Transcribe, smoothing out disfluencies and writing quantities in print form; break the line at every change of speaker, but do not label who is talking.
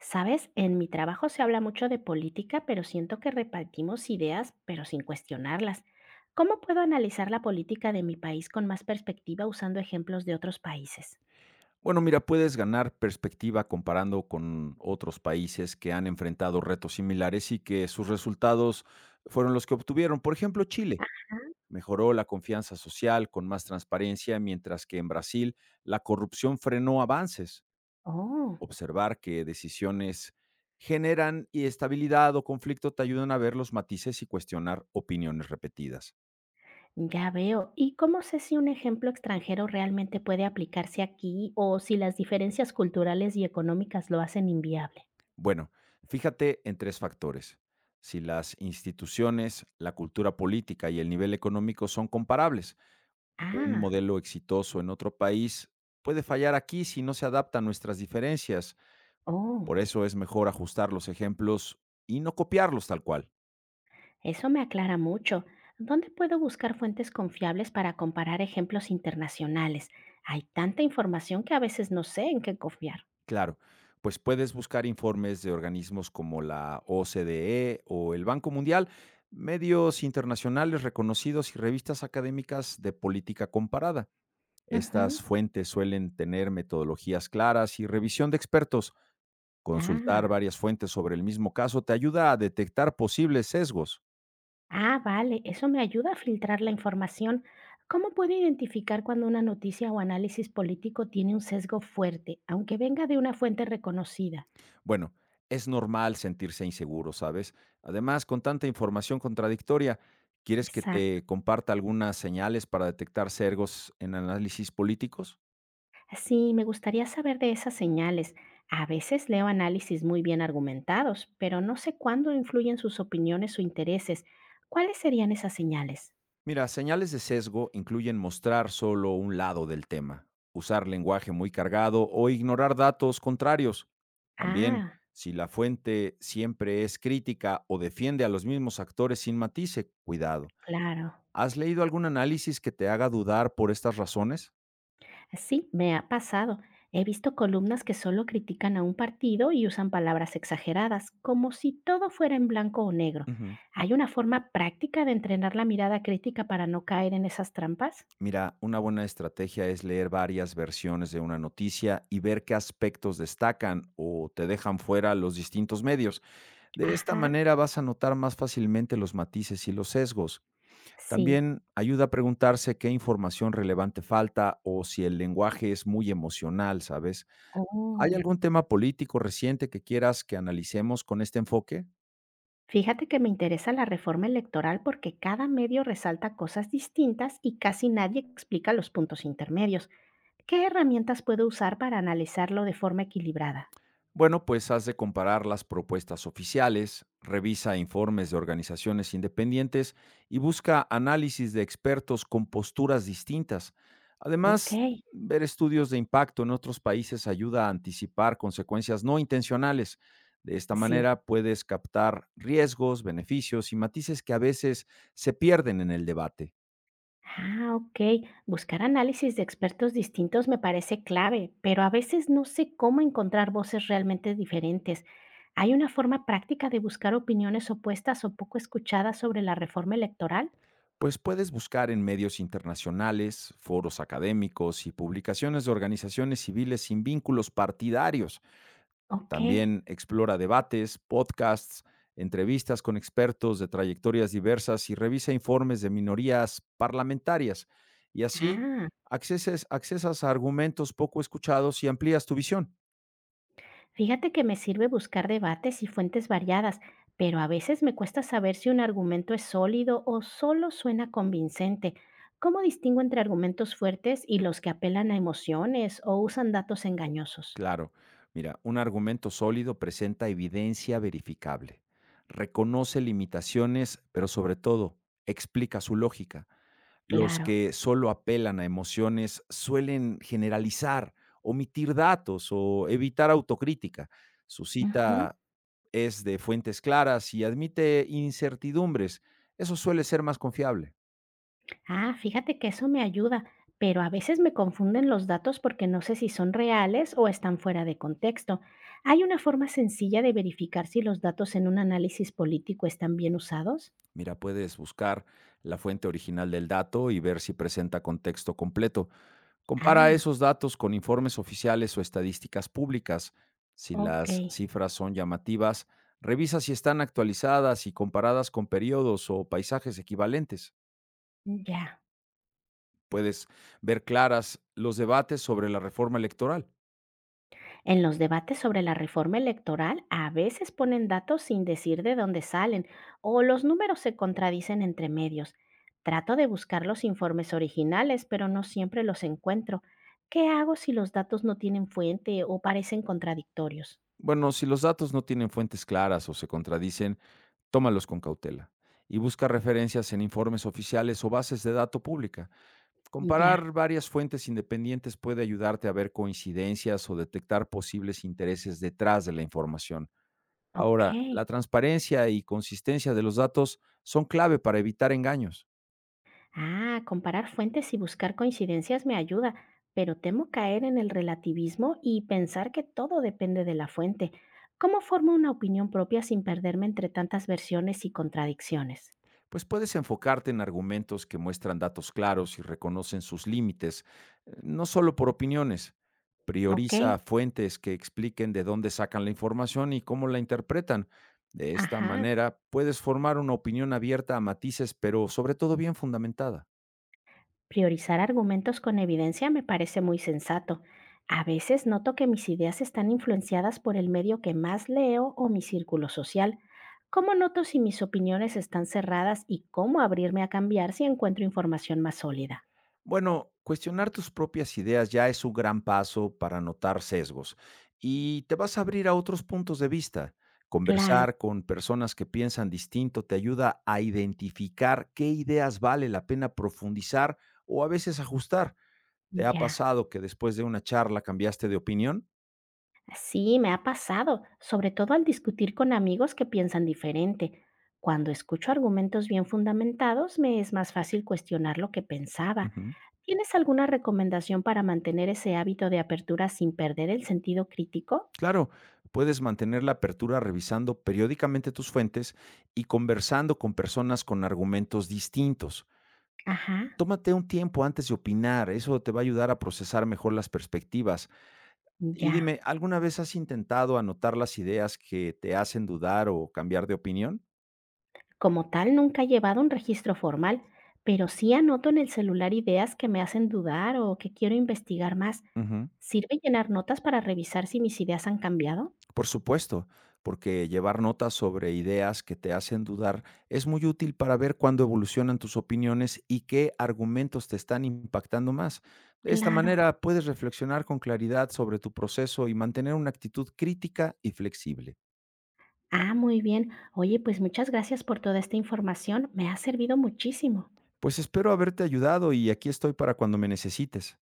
Sabes, en mi trabajo se habla mucho de política, pero siento que repartimos ideas, pero sin cuestionarlas. ¿Cómo puedo analizar la política de mi país con más perspectiva usando ejemplos de otros países?
Bueno, mira, puedes ganar perspectiva comparando con otros países que han enfrentado retos similares y que sus resultados fueron los que obtuvieron. Por ejemplo, Chile
Ah.
mejoró la confianza social con más transparencia, mientras que en Brasil la corrupción frenó avances.
Oh,
Observar que decisiones generan y estabilidad o conflicto te ayudan a ver los matices y cuestionar opiniones repetidas.
ya veo. ¿Y cómo sé si un ejemplo extranjero realmente puede aplicarse aquí o si las diferencias culturales y económicas lo hacen inviable?
Bueno, fíjate en 3 factores. Si las instituciones, la cultura política y el nivel económico son comparables, un
Ah,
modelo exitoso en otro país puede fallar aquí si no se adapta a nuestras diferencias.
oh.
Por eso es mejor ajustar los ejemplos y no copiarlos tal cual.
Eso me aclara mucho. ¿Dónde puedo buscar fuentes confiables para comparar ejemplos internacionales? Hay tanta información que a veces no sé en qué confiar.
Claro, pues puedes buscar informes de organismos como la OCDE o el Banco Mundial, medios internacionales reconocidos y revistas académicas de política comparada. Estas
Ujú.
fuentes suelen tener metodologías claras y revisión de expertos. Consultar
Ah,
varias fuentes sobre el mismo caso te ayuda a detectar posibles sesgos.
ah, vale, eso me ayuda a filtrar la información. ¿Cómo puedo identificar cuando una noticia o análisis político tiene un sesgo fuerte, aunque venga de una fuente reconocida?
Bueno, es normal sentirse inseguro, ¿sabes? Además, con tanta información contradictoria, ¿quieres que
Exacto.
te comparta algunas señales para detectar sesgos en análisis políticos?
Sí, me gustaría saber de esas señales. A veces leo análisis muy bien argumentados, pero no sé cuándo influyen sus opiniones o intereses. ¿Cuáles serían esas señales?
Mira, señales de sesgo incluyen mostrar solo un lado del tema, usar lenguaje muy cargado o ignorar datos contrarios. También,
Ah,
si la fuente siempre es crítica o defiende a los mismos actores sin matice, cuidado.
claro.
¿Has leído algún análisis que te haga dudar por estas razones?
Sí, me ha pasado. He visto columnas que solo critican a un partido y usan palabras exageradas, como si todo fuera en blanco o negro.
Ujú.
¿Hay una forma práctica de entrenar la mirada crítica para no caer en esas trampas?
Mira, una buena estrategia es leer varias versiones de una noticia y ver qué aspectos destacan o te dejan fuera los distintos medios. De esta
Ajá,
manera vas a notar más fácilmente los matices y los sesgos.
sí.
También ayuda a preguntarse qué información relevante falta o si el lenguaje es muy emocional, ¿sabes? ¿Hay
Oh.
algún tema político reciente que quieras que analicemos con este enfoque?
Fíjate que me interesa la reforma electoral porque cada medio resalta cosas distintas y casi nadie explica los puntos intermedios. ¿Qué herramientas puedo usar para analizarlo de forma equilibrada?
Bueno, pues has de comparar las propuestas oficiales, revisa informes de organizaciones independientes y busca análisis de expertos con posturas distintas.
Ok,
Además, ver estudios de impacto en otros países ayuda a anticipar consecuencias no intencionales. De esta
sí.
manera puedes captar riesgos, beneficios y matices que a veces se pierden en el debate.
Ah, ok. Buscar análisis de expertos distintos me parece clave, pero a veces no sé cómo encontrar voces realmente diferentes. ¿Hay una forma práctica de buscar opiniones opuestas o poco escuchadas sobre la reforma electoral?
Pues puedes buscar en medios internacionales, foros académicos y publicaciones de organizaciones civiles sin vínculos partidarios.
Ok.
También explora debates, podcasts, entrevistas con expertos de trayectorias diversas y revisa informes de minorías parlamentarias. Y así
Ah.
accesas a argumentos poco escuchados y amplías tu visión.
Fíjate que me sirve buscar debates y fuentes variadas, pero a veces me cuesta saber si un argumento es sólido o solo suena convincente. ¿Cómo distingo entre argumentos fuertes y los que apelan a emociones o usan datos engañosos?
Claro, mira, un argumento sólido presenta evidencia verificable, reconoce limitaciones, pero sobre todo explica su lógica. Los
Claro.
que solo apelan a emociones suelen generalizar, omitir datos o evitar autocrítica. Su
Ujú.
cita es de fuentes claras y admite incertidumbres. Eso suele ser más confiable.
Ah, fíjate que eso me ayuda, pero a veces me confunden los datos porque no sé si son reales o están fuera de contexto. ¿Hay una forma sencilla de verificar si los datos en un análisis político están bien usados?
Mira, puedes buscar la fuente original del dato y ver si presenta contexto completo. Compara
Ah,
esos datos con informes oficiales o estadísticas públicas. Si
ok,
las cifras son llamativas, revisa si están actualizadas y comparadas con periodos o paisajes equivalentes.
ya.
Puedes ver claras los debates sobre la reforma electoral.
En los debates sobre la reforma electoral a veces ponen datos sin decir de dónde salen o los números se contradicen entre medios. Trato de buscar los informes originales, pero no siempre los encuentro. ¿Qué hago si los datos no tienen fuente o parecen contradictorios?
Bueno, si los datos no tienen fuentes claras o se contradicen, tómalos con cautela y busca referencias en informes oficiales o bases de datos pública.
Ya,
Comparar varias fuentes independientes puede ayudarte a ver coincidencias o detectar posibles intereses detrás de la información.
ok.
Ahora, la transparencia y consistencia de los datos son clave para evitar engaños,
Ah, comparar fuentes y buscar coincidencias me ayuda, pero temo caer en el relativismo y pensar que todo depende de la fuente. ¿Cómo formo una opinión propia sin perderme entre tantas versiones y contradicciones?
pues puedes enfocarte en argumentos que muestran datos claros y reconocen sus límites, no solo por opiniones.
Ok,
Prioriza fuentes que expliquen de dónde sacan la información y cómo la interpretan. De esta
ajá.
manera, puedes formar una opinión abierta a matices, pero sobre todo bien fundamentada.
Priorizar argumentos con evidencia me parece muy sensato. A veces noto que mis ideas están influenciadas por el medio que más leo o mi círculo social. ¿Cómo noto si mis opiniones están cerradas y cómo abrirme a cambiar si encuentro información más sólida?
Bueno, cuestionar tus propias ideas ya es un gran paso para notar sesgos y te vas a abrir a otros puntos de vista.
Claro,
Conversar con personas que piensan distinto te ayuda a identificar qué ideas vale la pena profundizar o a veces ajustar. ¿Te ha
ya.
pasado que después de una charla cambiaste de opinión?
Sí, me ha pasado, sobre todo al discutir con amigos que piensan diferente. Cuando escucho argumentos bien fundamentados, me es más fácil cuestionar lo que pensaba.
Ujú.
¿Tienes alguna recomendación para mantener ese hábito de apertura sin perder el sentido crítico?
Claro, puedes mantener la apertura revisando periódicamente tus fuentes y conversando con personas con argumentos distintos.
Ajá,
Tómate un tiempo antes de opinar, eso te va a ayudar a procesar mejor las perspectivas. Y
ya.
dime, ¿alguna vez has intentado anotar las ideas que te hacen dudar o cambiar de opinión?
Como tal, nunca he llevado un registro formal, pero sí anoto en el celular ideas que me hacen dudar o que quiero investigar más.
Ujú.
¿Sirve llenar notas para revisar si mis ideas han cambiado?
Por supuesto, porque llevar notas sobre ideas que te hacen dudar es muy útil para ver cuándo evolucionan tus opiniones y qué argumentos te están impactando más. De esta
Claro.
manera puedes reflexionar con claridad sobre tu proceso y mantener una actitud crítica y flexible.
Ah, muy bien. Oye, pues muchas gracias por toda esta información. Me ha servido muchísimo.
Pues espero haberte ayudado y aquí estoy para cuando me necesites.